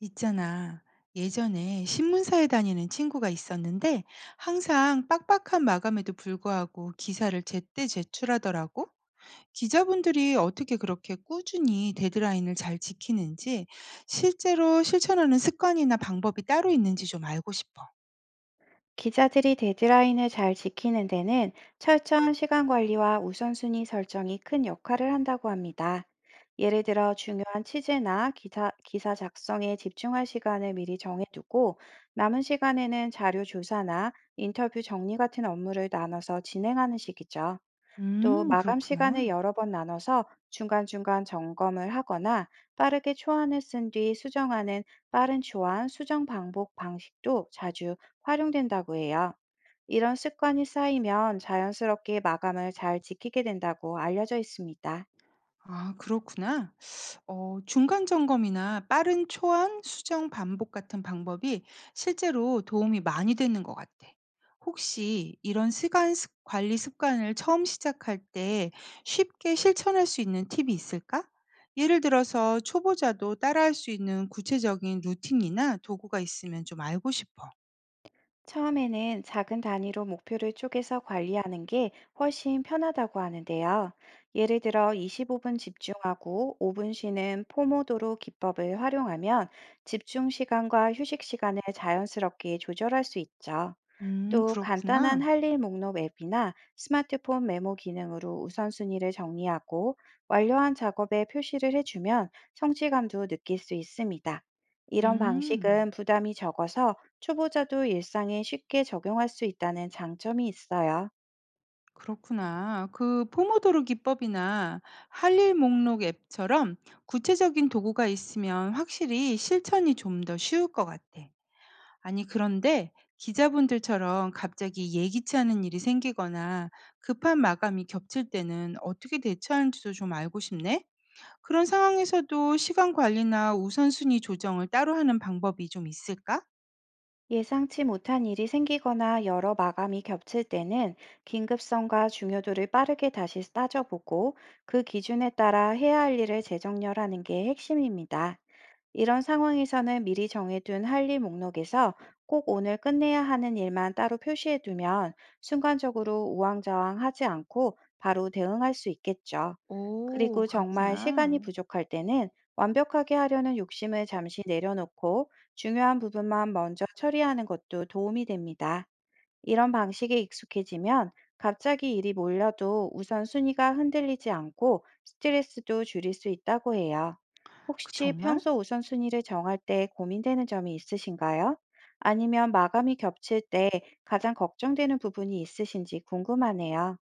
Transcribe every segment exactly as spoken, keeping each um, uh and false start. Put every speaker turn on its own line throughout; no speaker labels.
있잖아. 예전에 신문사에 다니는 친구가 있었는데 항상 빡빡한 마감에도 불구하고 기사를 제때 제출하더라고. 기자분들이 어떻게 그렇게 꾸준히 데드라인을 잘 지키는지 실제로 실천하는 습관이나 방법이 따로 있는지 좀 알고 싶어.
기자들이 데드라인을 잘 지키는 데는 철저한 시간 관리와 우선순위 설정이 큰 역할을 한다고 합니다. 예를 들어 중요한 취재나 기사, 기사 작성에 집중할 시간을 미리 정해두고, 남은 시간에는 자료 조사나 인터뷰 정리 같은 업무를 나눠서 진행하는 식이죠. 또
음,
마감 시간을
그렇구나.
여러 번 나눠서 중간중간 점검을 하거나, 빠르게 초안을 쓴 뒤 수정하는 빠른 초안 수정 반복 방식도 자주 활용된다고 해요. 이런 습관이 쌓이면 자연스럽게 마감을 잘 지키게 된다고 알려져 있습니다.
아 그렇구나. 어 중간 점검이나 빠른 초안, 수정 반복 같은 방법이 실제로 도움이 많이 되는 것 같아. 혹시 이런 시간 습 관리 습관을 처음 시작할 때 쉽게 실천할 수 있는 팁이 있을까? 예를 들어서 초보자도 따라할 수 있는 구체적인 루틴이나 도구가 있으면 좀 알고 싶어.
처음에는 작은 단위로 목표를 쪼개서 관리하는 게 훨씬 편하다고 하는데요. 예를 들어 이십오 분 집중하고 오 분 쉬는 포모도로 기법을 활용하면, 집중 시간과 휴식 시간을 자연스럽게 조절할 수 있죠.
음
또 간단한
그렇구나.
할일 목록 앱이나 스마트폰 메모 기능으로 우선순위를 정리하고, 완료한 작업에 표시를 해주면 성취감도 느낄 수 있습니다. 이런
음.
방식은 부담이 적어서 초보자도 일상에 쉽게 적용할 수 있다는 장점이 있어요.
그렇구나. 그 포모도로 기법이나 할일 목록 앱처럼 구체적인 도구가 있으면 확실히 실천이 좀 더 쉬울 것 같아. 아니, 그런데 기자분들처럼 갑자기 예기치 않은 일이 생기거나 급한 마감이 겹칠 때는 어떻게 대처하는지도 좀 알고 싶네. 그런 상황에서도 시간 관리나 우선순위 조정을 따로 하는 방법이 좀 있을까?
예상치 못한 일이 생기거나 여러 마감이 겹칠 때는, 긴급성과 중요도를 빠르게 다시 따져보고 그 기준에 따라 해야 할 일을 재정렬하는 게 핵심입니다. 이런 상황에서는 미리 정해둔 할 일 목록에서 꼭 오늘 끝내야 하는 일만 따로 표시해두면, 순간적으로 우왕좌왕하지 않고 바로 대응할 수 있겠죠.
오,
그리고 정말 시간이
그렇구나.
부족할 때는, 완벽하게 하려는 욕심을 잠시 내려놓고 중요한 부분만 먼저 처리하는 것도 도움이 됩니다. 이런 방식에 익숙해지면 갑자기 일이 몰려도 우선순위가 흔들리지 않고 스트레스도 줄일 수 있다고 해요.
그
혹시
정말?
평소 우선순위를 정할 때 고민되는 점이 있으신가요? 아니면 마감이 겹칠 때 가장 걱정되는 부분이 있으신지 궁금하네요.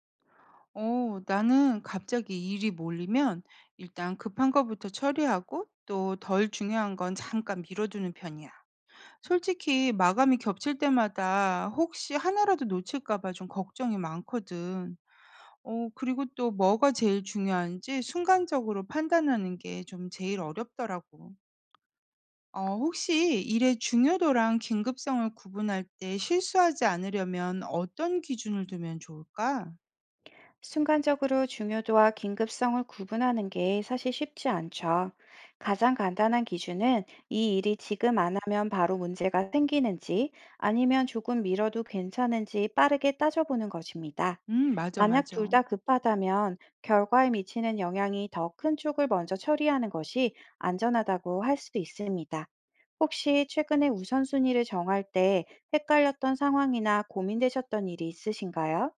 어, 나는 갑자기 일이 몰리면 일단 급한 것부터 처리하고 또 덜 중요한 건 잠깐 미뤄두는 편이야. 솔직히 마감이 겹칠 때마다 혹시 하나라도 놓칠까 봐 좀 걱정이 많거든. 어, 그리고 또 뭐가 제일 중요한지 순간적으로 판단하는 게 좀 제일 어렵더라고. 어, 혹시 일의 중요도랑 긴급성을 구분할 때 실수하지 않으려면 어떤 기준을 두면 좋을까?
순간적으로 중요도와 긴급성을 구분하는 게 사실 쉽지 않죠. 가장 간단한 기준은 이 일이 지금 안 하면 바로 문제가 생기는지, 아니면 조금 미뤄도 괜찮은지 빠르게 따져보는 것입니다.
음, 맞아,
만약 둘
맞아.
다 급하다면 결과에 미치는 영향이 더 큰 쪽을 먼저 처리하는 것이 안전하다고 할 수 있습니다. 혹시 최근에 우선순위를 정할 때 헷갈렸던 상황이나 고민되셨던 일이 있으신가요?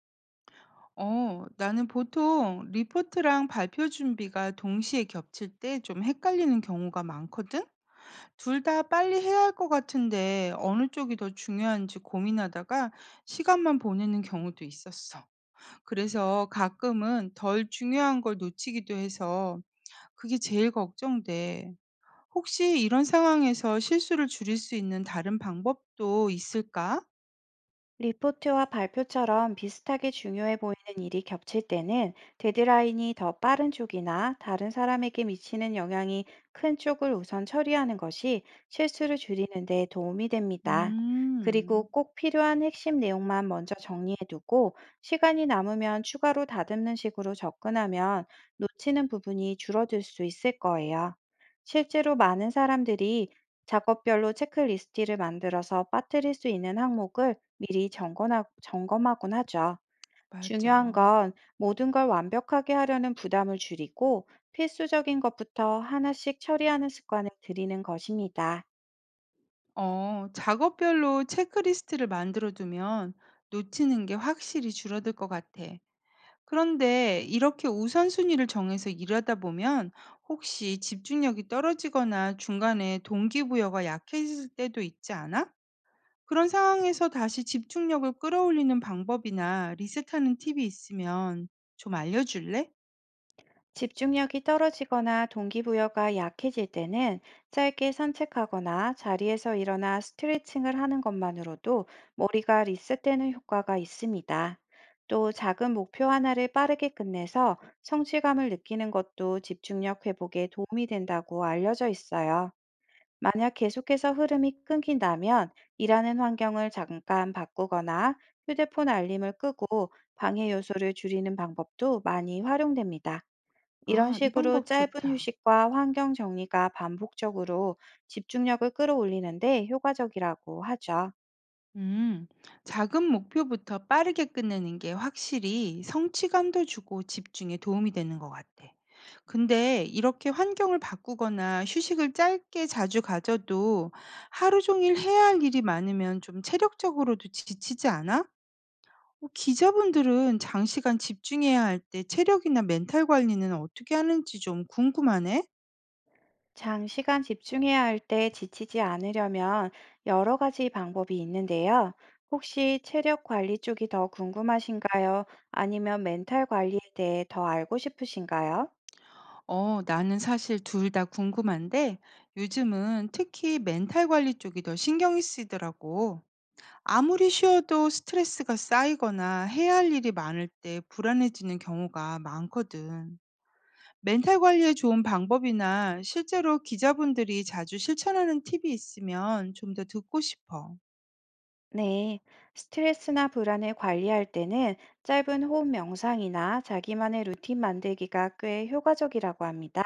어, 나는 보통 리포트랑 발표 준비가 동시에 겹칠 때 좀 헷갈리는 경우가 많거든? 둘 다 빨리 해야 할 것 같은데 어느 쪽이 더 중요한지 고민하다가 시간만 보내는 경우도 있었어. 그래서 가끔은 덜 중요한 걸 놓치기도 해서 그게 제일 걱정돼. 혹시 이런 상황에서 실수를 줄일 수 있는 다른 방법도 있을까?
리포트와 발표처럼 비슷하게 중요해 보이는 일이 겹칠 때는, 데드라인이 더 빠른 쪽이나 다른 사람에게 미치는 영향이 큰 쪽을 우선 처리하는 것이 실수를 줄이는 데 도움이 됩니다. 그리고
음,
꼭 필요한 핵심 내용만 먼저 정리해두고, 시간이 남으면 추가로 다듬는 식으로 접근하면 놓치는 부분이 줄어들 수 있을 거예요. 실제로 많은 사람들이 작업별로 체크리스트를 만들어서 빠뜨릴 수 있는 항목을 미리 점검하, 점검하곤 하죠.
맞아.
중요한 건 모든 걸 완벽하게 하려는 부담을 줄이고, 필수적인 것부터 하나씩 처리하는 습관을 들이는 것입니다.
어, 작업별로 체크리스트를 만들어 두면 놓치는 게 확실히 줄어들 것 같아. 그런데 이렇게 우선순위를 정해서 일하다 보면 혹시 집중력이 떨어지거나 중간에 동기부여가 약해질 때도 있지 않아? 그런 상황에서 다시 집중력을 끌어올리는 방법이나 리셋하는 팁이 있으면 좀 알려줄래?
집중력이 떨어지거나 동기부여가 약해질 때는, 짧게 산책하거나 자리에서 일어나 스트레칭을 하는 것만으로도 머리가 리셋되는 효과가 있습니다. 또 작은 목표 하나를 빠르게 끝내서 성취감을 느끼는 것도 집중력 회복에 도움이 된다고 알려져 있어요. 만약 계속해서 흐름이 끊긴다면, 일하는 환경을 잠깐 바꾸거나 휴대폰 알림을 끄고 방해 요소를 줄이는 방법도 많이 활용됩니다. 이런
아, 이
식으로
방법
짧은
좋다.
휴식과 환경 정리가 반복적으로 집중력을 끌어올리는데 효과적이라고 하죠.
음, 작은 목표부터 빠르게 끝내는 게 확실히 성취감도 주고 집중에 도움이 되는 것 같아. 근데 이렇게 환경을 바꾸거나 휴식을 짧게 자주 가져도 하루 종일 해야 할 일이 많으면 좀 체력적으로도 지치지 않아? 어, 기자분들은 장시간 집중해야 할 때 체력이나 멘탈 관리는 어떻게 하는지 좀 궁금하네?
장시간 집중해야 할 때 지치지 않으려면 여러 가지 방법이 있는데요. 혹시 체력 관리 쪽이 더 궁금하신가요? 아니면 멘탈 관리에 대해 더 알고 싶으신가요?
어, 나는 사실 둘 다 궁금한데 요즘은 특히 멘탈 관리 쪽이 더 신경이 쓰이더라고. 아무리 쉬어도 스트레스가 쌓이거나 해야 할 일이 많을 때 불안해지는 경우가 많거든. 멘탈 관리에 좋은 방법이나 실제로 기자분들이 자주 실천하는 팁이 있으면 좀 더 듣고 싶어.
네, 스트레스나 불안을 관리할 때는 짧은 호흡 명상이나 자기만의 루틴 만들기가 꽤 효과적이라고 합니다.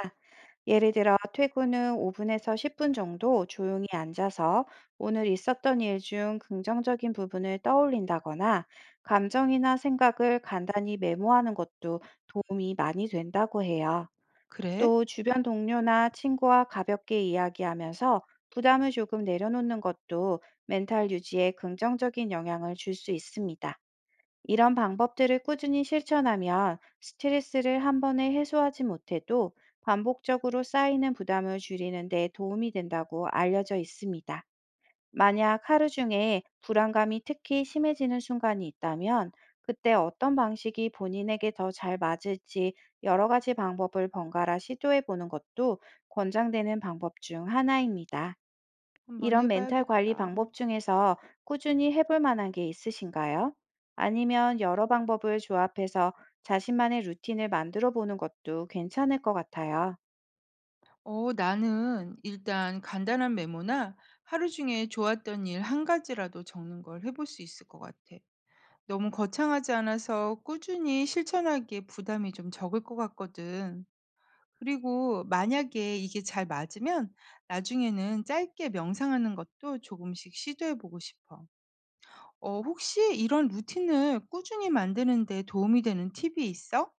예를 들어, 퇴근 후 오 분에서 십 분 정도 조용히 앉아서 오늘 있었던 일 중 긍정적인 부분을 떠올린다거나 감정이나 생각을 간단히 메모하는 것도 도움이 많이 된다고 해요.
그래?
또 주변 동료나 친구와 가볍게 이야기하면서 부담을 조금 내려놓는 것도 멘탈 유지에 긍정적인 영향을 줄 수 있습니다. 이런 방법들을 꾸준히 실천하면 스트레스를 한 번에 해소하지 못해도 반복적으로 쌓이는 부담을 줄이는 데 도움이 된다고 알려져 있습니다. 만약 하루 중에 불안감이 특히 심해지는 순간이 있다면, 그때 어떤 방식이 본인에게 더 잘 맞을지 여러 가지 방법을 번갈아 시도해 보는 것도 권장되는 방법 중 하나입니다.
한번
이런 멘탈 관리
해봐야겠다.
방법 중에서 꾸준히 해볼 만한 게 있으신가요? 아니면 여러 방법을 조합해서 자신만의 루틴을 만들어 보는 것도 괜찮을 것 같아요.
어, 나는 일단 간단한 메모나 하루 중에 좋았던 일 한 가지라도 적는 걸 해볼 수 있을 것 같아. 너무 거창하지 않아서 꾸준히 실천하기에 부담이 좀 적을 것 같거든. 그리고 만약에 이게 잘 맞으면 나중에는 짧게 명상하는 것도 조금씩 시도해 보고 싶어. 어, 혹시 이런 루틴을 꾸준히 만드는 데 도움이 되는 팁이 있어?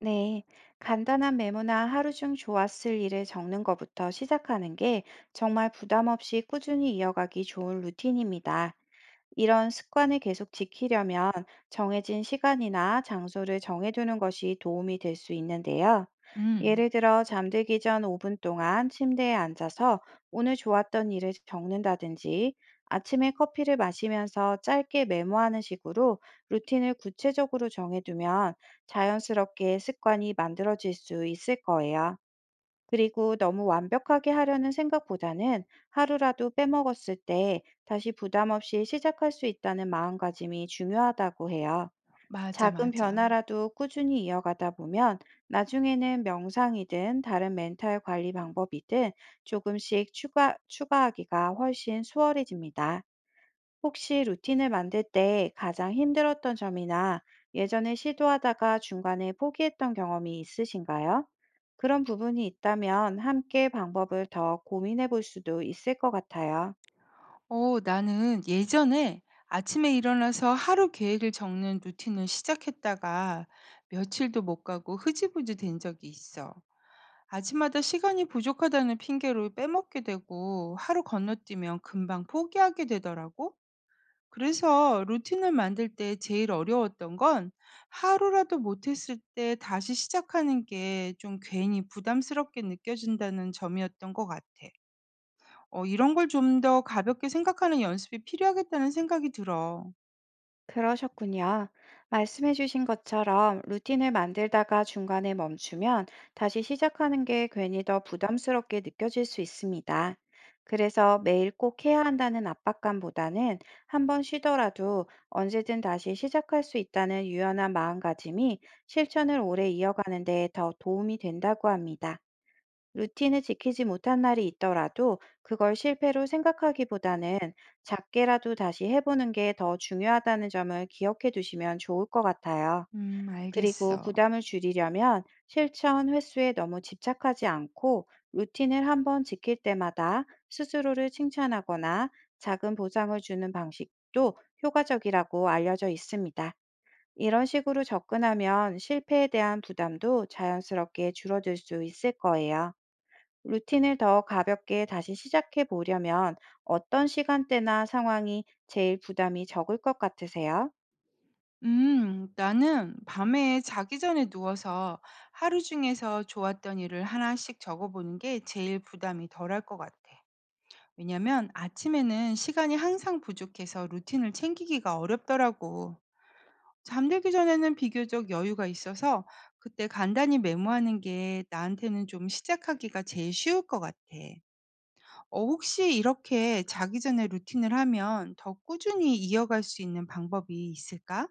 네, 간단한 메모나 하루 중 좋았을 일을 적는 것부터 시작하는 게 정말 부담 없이 꾸준히 이어가기 좋은 루틴입니다. 이런 습관을 계속 지키려면 정해진 시간이나 장소를 정해두는 것이 도움이 될 수 있는데요.
음,
예를 들어 잠들기 전 오 분 동안 침대에 앉아서 오늘 좋았던 일을 적는다든지, 아침에 커피를 마시면서 짧게 메모하는 식으로 루틴을 구체적으로 정해두면 자연스럽게 습관이 만들어질 수 있을 거예요. 그리고 너무 완벽하게 하려는 생각보다는, 하루라도 빼먹었을 때 다시 부담 없이 시작할 수 있다는 마음가짐이 중요하다고 해요.
맞아,
작은
맞아.
변화라도 꾸준히 이어가다 보면 나중에는 명상이든 다른 멘탈 관리 방법이든 조금씩 추가, 추가하기가 훨씬 수월해집니다. 혹시 루틴을 만들 때 가장 힘들었던 점이나 예전에 시도하다가 중간에 포기했던 경험이 있으신가요? 그런 부분이 있다면 함께 방법을 더 고민해 볼 수도 있을 것 같아요.
어, 나는 예전에 아침에 일어나서 하루 계획을 적는 루틴을 시작했다가 며칠도 못 가고 흐지부지 된 적이 있어. 아침마다 시간이 부족하다는 핑계로 빼먹게 되고 하루 건너뛰면 금방 포기하게 되더라고. 그래서 루틴을 만들 때 제일 어려웠던 건 하루라도 못했을 때 다시 시작하는 게 좀 괜히 부담스럽게 느껴진다는 점이었던 것 같아. 어 이런 걸 좀 더 가볍게 생각하는 연습이 필요하겠다는 생각이 들어.
그러셨군요. 말씀해주신 것처럼 루틴을 만들다가 중간에 멈추면 다시 시작하는 게 괜히 더 부담스럽게 느껴질 수 있습니다. 그래서 매일 꼭 해야 한다는 압박감보다는 한 번 쉬더라도 언제든 다시 시작할 수 있다는 유연한 마음가짐이 실천을 오래 이어가는 데 더 도움이 된다고 합니다. 루틴을 지키지 못한 날이 있더라도 그걸 실패로 생각하기보다는 작게라도 다시 해보는 게 더 중요하다는 점을 기억해 두시면 좋을 것 같아요.
음,
그리고
알겠어.
부담을 줄이려면 실천 횟수에 너무 집착하지 않고, 루틴을 한번 지킬 때마다 스스로를 칭찬하거나 작은 보상을 주는 방식도 효과적이라고 알려져 있습니다. 이런 식으로 접근하면 실패에 대한 부담도 자연스럽게 줄어들 수 있을 거예요. 루틴을 더 가볍게 다시 시작해 보려면 어떤 시간대나 상황이 제일 부담이 적을 것 같으세요?
음, 나는 밤에 자기 전에 누워서 하루 중에서 좋았던 일을 하나씩 적어보는 게 제일 부담이 덜할 것 같아. 왜냐면 아침에는 시간이 항상 부족해서 루틴을 챙기기가 어렵더라고. 잠들기 전에는 비교적 여유가 있어서 그때 간단히 메모하는 게 나한테는 좀 시작하기가 제일 쉬울 것 같아. 어 혹시 이렇게 자기 전에 루틴을 하면 더 꾸준히 이어갈 수 있는 방법이 있을까?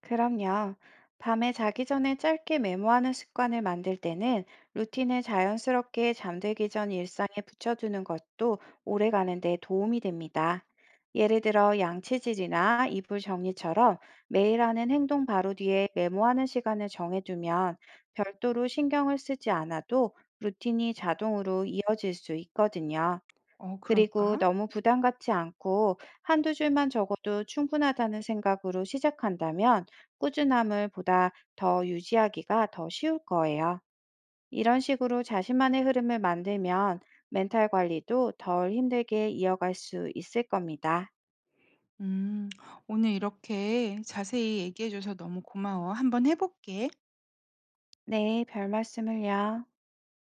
그럼요. 밤에 자기 전에 짧게 메모하는 습관을 만들 때는 루틴을 자연스럽게 잠들기 전 일상에 붙여두는 것도 오래가는 데 도움이 됩니다. 예를 들어 양치질이나 이불 정리처럼 매일 하는 행동 바로 뒤에 메모하는 시간을 정해두면 별도로 신경을 쓰지 않아도 루틴이 자동으로 이어질 수 있거든요.
어
그리고
그럴까?
너무 부담 갖지 않고 한두 줄만 적어도 충분하다는 생각으로 시작한다면, 꾸준함을 보다 더 유지하기가 더 쉬울 거예요. 이런 식으로 자신만의 흐름을 만들면 멘탈 관리도 덜 힘들게 이어갈 수 있을 겁니다.
음. 오늘 이렇게 자세히 얘기해 줘서 너무 고마워. 한번 해 볼게.
네, 별 말씀을요.